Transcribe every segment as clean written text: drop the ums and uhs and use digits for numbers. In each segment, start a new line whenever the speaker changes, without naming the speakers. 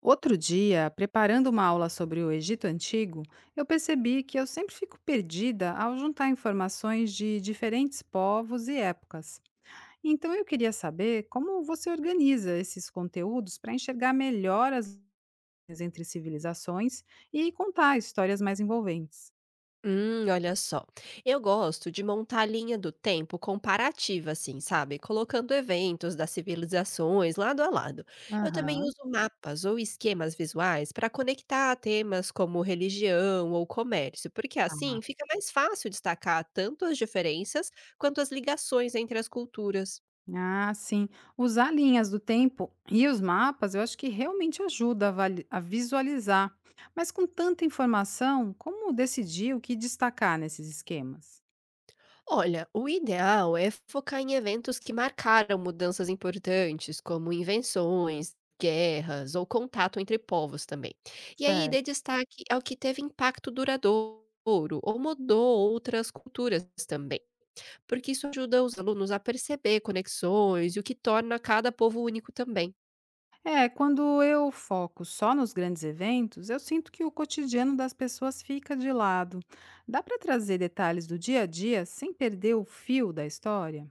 Outro dia, preparando uma aula sobre o Egito Antigo, eu percebi que eu sempre fico perdida ao juntar informações de diferentes povos e épocas. Então eu queria saber como você organiza esses conteúdos para enxergar melhor as diferenças entre civilizações e contar histórias mais envolventes.
Olha só. Eu gosto de montar a linha do tempo comparativa, assim, sabe? Colocando eventos das civilizações lado a lado. Eu também
Aham.
uso mapas ou esquemas visuais para conectar temas como religião ou comércio, porque assim fica mais fácil destacar tanto as diferenças quanto as ligações entre as culturas.
Ah, sim. Usar linhas do tempo e os mapas, eu acho que realmente ajuda a, a visualizar. Mas com tanta informação, como decidir o que destacar nesses esquemas?
Olha, o ideal é focar em eventos que marcaram mudanças importantes, como invenções, guerras ou contato entre povos também. E aí
Certo.
dê destaque ao que teve impacto duradouro ou mudou outras culturas também, porque isso ajuda os alunos a perceber conexões e o que torna cada povo único também.
É, quando eu foco só nos grandes eventos, eu sinto que o cotidiano das pessoas fica de lado. Dá para trazer detalhes do dia a dia sem perder o fio da história?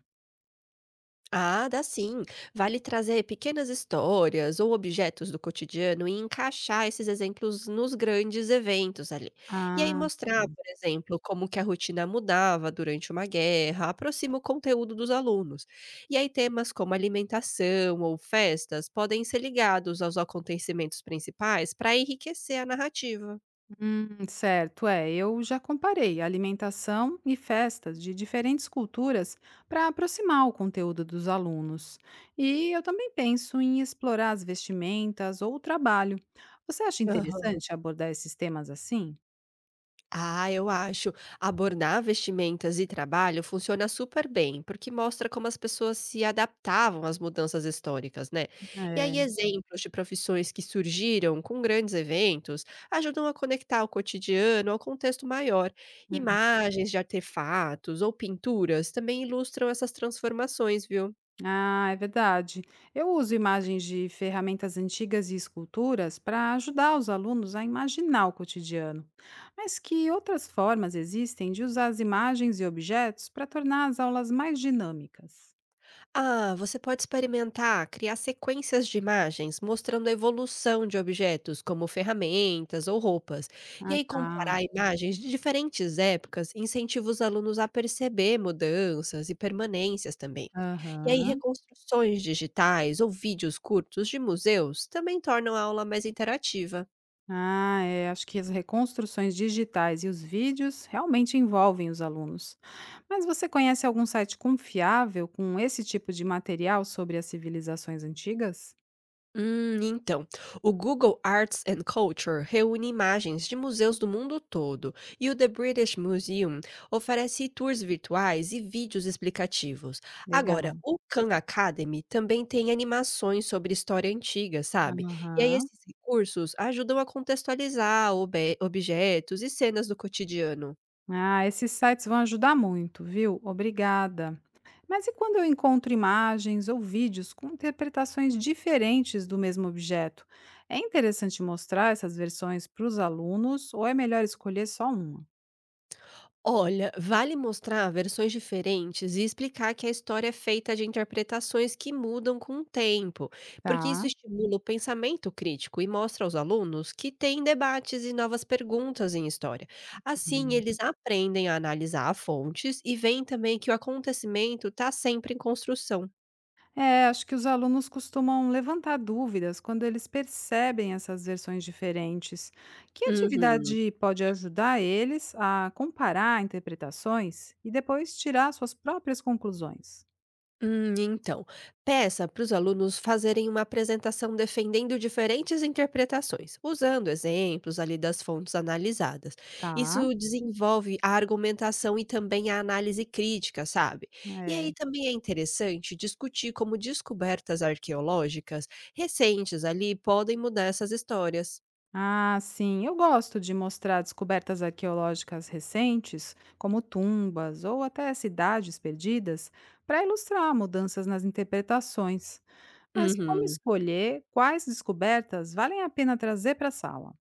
Ah, dá sim. Vale trazer pequenas histórias ou objetos do cotidiano e encaixar esses exemplos nos grandes eventos ali. E aí
Ah.
mostrar, por exemplo, como que a rotina mudava durante uma guerra, aproxima o conteúdo dos alunos. E aí temas como alimentação ou festas podem ser ligados aos acontecimentos principais para enriquecer a narrativa.
Certo, é. Eu já comparei alimentação e festas de diferentes culturas para aproximar o conteúdo dos alunos. E eu também penso em explorar as vestimentas ou o trabalho. Você acha
Aham.
interessante abordar esses temas assim?
Ah, eu acho. Abordar vestimentas e trabalho funciona super bem, porque mostra como as pessoas se adaptavam às mudanças históricas, né? E aí,
É.
exemplos de profissões que surgiram com grandes eventos ajudam a conectar o cotidiano ao contexto maior. Imagens de artefatos ou pinturas também ilustram essas transformações, viu?
Ah, é verdade. Eu uso imagens de ferramentas antigas e esculturas para ajudar os alunos a imaginar o cotidiano. Mas que outras formas existem de usar as imagens e objetos para tornar as aulas mais dinâmicas?
Ah, você pode experimentar criar sequências de imagens mostrando a evolução de objetos, como ferramentas ou roupas, e
Ah,
aí
tá.
comparar imagens de diferentes épocas incentiva os alunos a perceber mudanças e permanências também. E aí,
Aham.
reconstruções digitais ou vídeos curtos de museus também tornam a aula mais interativa.
Ah, é. Acho que as reconstruções digitais e os vídeos realmente envolvem os alunos. Mas você conhece algum site confiável com esse tipo de material sobre as civilizações antigas?
Hum, então, o Google Arts and Culture reúne imagens de museus do mundo todo e o The British Museum oferece tours virtuais e vídeos explicativos. Agora,
Legal.
o Khan Academy também tem animações sobre história antiga, sabe? E aí
Aham.
esses recursos ajudam a contextualizar objetos e cenas do cotidiano.
Ah, esses sites vão ajudar muito, viu? Obrigada. Mas e quando eu encontro imagens ou vídeos com interpretações diferentes do mesmo objeto? É interessante mostrar essas versões para os alunos ou é melhor escolher só uma?
Olha, vale mostrar versões diferentes e explicar que a história é feita de interpretações que mudam com o tempo, porque isso
Tá.
estimula o pensamento crítico e mostra aos alunos que tem debates e novas perguntas em história. Assim,
Uhum.
eles aprendem a analisar fontes e veem também que o acontecimento está sempre em construção.
É, acho que os alunos costumam levantar dúvidas quando eles percebem essas versões diferentes. Que
Uhum.
atividade pode ajudar eles a comparar interpretações e depois tirar suas próprias conclusões?
Hum, então, peça para os alunos fazerem uma apresentação defendendo diferentes interpretações, usando exemplos ali das fontes analisadas.
Tá.
Isso desenvolve a argumentação e também a análise crítica, sabe? E
É.
aí também é interessante discutir como descobertas arqueológicas recentes ali podem mudar essas histórias.
Ah, sim, eu gosto de mostrar descobertas arqueológicas recentes, como tumbas ou até cidades perdidas, para ilustrar mudanças nas interpretações. Mas como
Uhum.
escolher quais descobertas valem a pena trazer para a sala?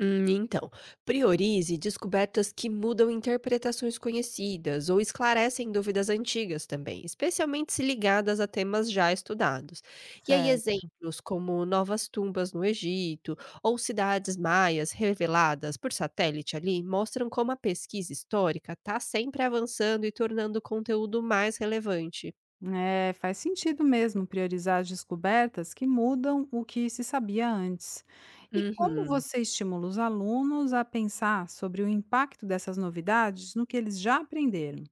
Hum, então, priorize descobertas que mudam interpretações conhecidas ou esclarecem dúvidas antigas também, especialmente se ligadas a temas já estudados. E aí,
Certo.
exemplos como novas tumbas no Egito ou cidades maias reveladas por satélite ali mostram como a pesquisa histórica está sempre avançando e tornando o conteúdo mais relevante.
É, faz sentido mesmo priorizar as descobertas que mudam o que se sabia antes. E como
Uhum.
você estimula os alunos a pensar sobre o impacto dessas novidades no que eles já aprenderam?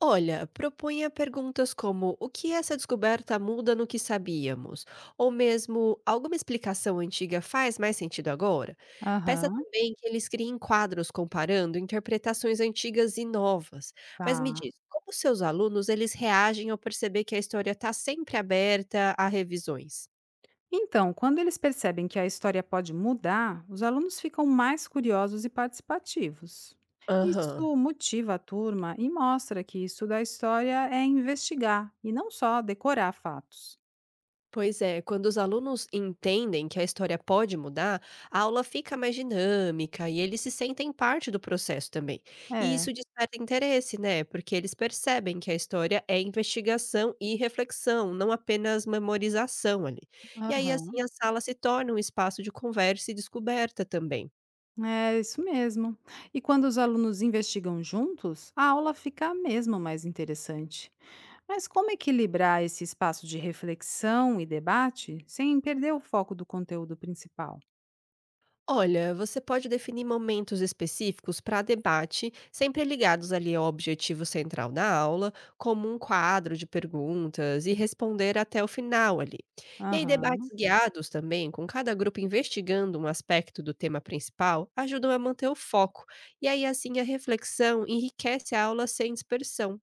Olha, propunha perguntas como: o que essa descoberta muda no que sabíamos? Ou mesmo, alguma explicação antiga faz mais sentido agora? Peça
Aham.
também que eles criem quadros comparando interpretações antigas e novas. Mas me
Tá.
diz, como seus alunos eles reagem ao perceber que a história está sempre aberta a revisões?
Então, quando eles percebem que a história pode mudar, os alunos ficam mais curiosos e participativos.
Aham.
Isso motiva a turma e mostra que estudar história é investigar e não só decorar fatos.
Pois é, quando os alunos entendem que a história pode mudar, a aula fica mais dinâmica e eles se sentem parte do processo também. E
É,
isso desperta interesse, né? Porque eles percebem que a história é investigação e reflexão, não apenas memorização ali. E aí,
aham,
assim, a sala se torna um espaço de conversa e descoberta também.
é isso mesmo. E quando os alunos investigam juntos, a aula fica mesmo mais interessante. Mas como equilibrar esse espaço de reflexão e debate sem perder o foco do conteúdo principal?
Olha, você pode definir momentos específicos para debate, sempre ligados ali ao objetivo central da aula, como um quadro de perguntas e responder até o final ali. E aí, debates
Aham.
guiados também, com cada grupo investigando um aspecto do tema principal, ajudam a manter o foco. E aí, assim, a reflexão enriquece a aula sem dispersão.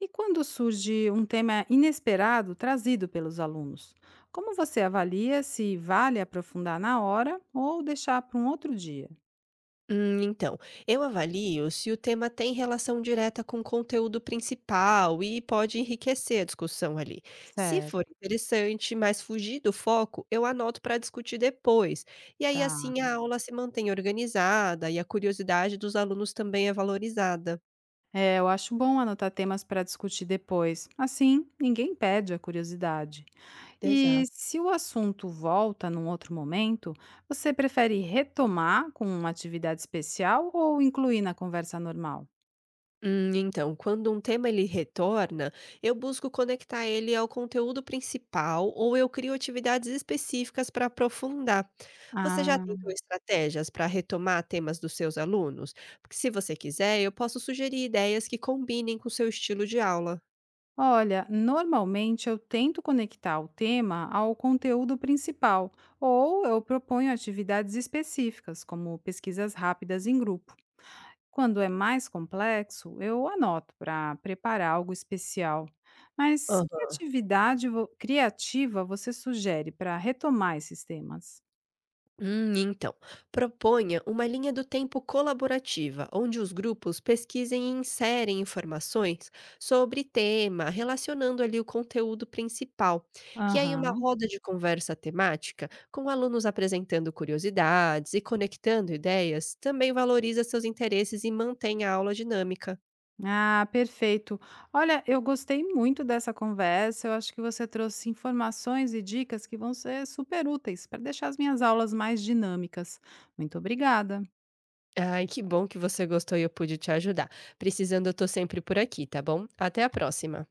E quando surge um tema inesperado trazido pelos alunos, como você avalia se vale aprofundar na hora ou deixar para um outro dia?
Hum, então, eu avalio se o tema tem relação direta com o conteúdo principal e pode enriquecer a discussão ali. Se for
Certo.
interessante, mas fugir do foco, eu anoto para discutir depois. E aí,
Tá.
assim, a aula se mantém organizada e a curiosidade dos alunos também é valorizada.
É, eu acho bom anotar temas para discutir depois. Assim, ninguém perde a curiosidade. E
Exato.
se o assunto volta num outro momento, você prefere retomar com uma atividade especial ou incluir na conversa normal?
Quando um tema ele retorna, eu busco conectar ele ao conteúdo principal ou eu crio atividades específicas para aprofundar. Você já
Ah.
tentou estratégias para retomar temas dos seus alunos? Porque se você quiser, eu posso sugerir ideias que combinem com seu estilo de aula.
Olha, normalmente eu tento conectar o tema ao conteúdo principal, ou eu proponho atividades específicas, como pesquisas rápidas em grupo. Quando é mais complexo, eu anoto para preparar algo especial. Mas que
Aham.
atividade criativa você sugere para retomar esses temas?
Hum, então, proponha uma linha do tempo colaborativa, onde os grupos pesquisem e inserem informações sobre tema, relacionando ali o conteúdo principal. E aí, uma
Aham.
roda de conversa temática, com alunos apresentando curiosidades e conectando ideias, também valoriza seus interesses e mantém a aula dinâmica.
Ah, perfeito. Olha, eu gostei muito dessa conversa. Eu acho que você trouxe informações e dicas que vão ser super úteis para deixar as minhas aulas mais dinâmicas. Muito obrigada.
Ai, que bom que você gostou e eu pude te ajudar. Precisando, eu tô sempre por aqui, tá bom? Até a próxima.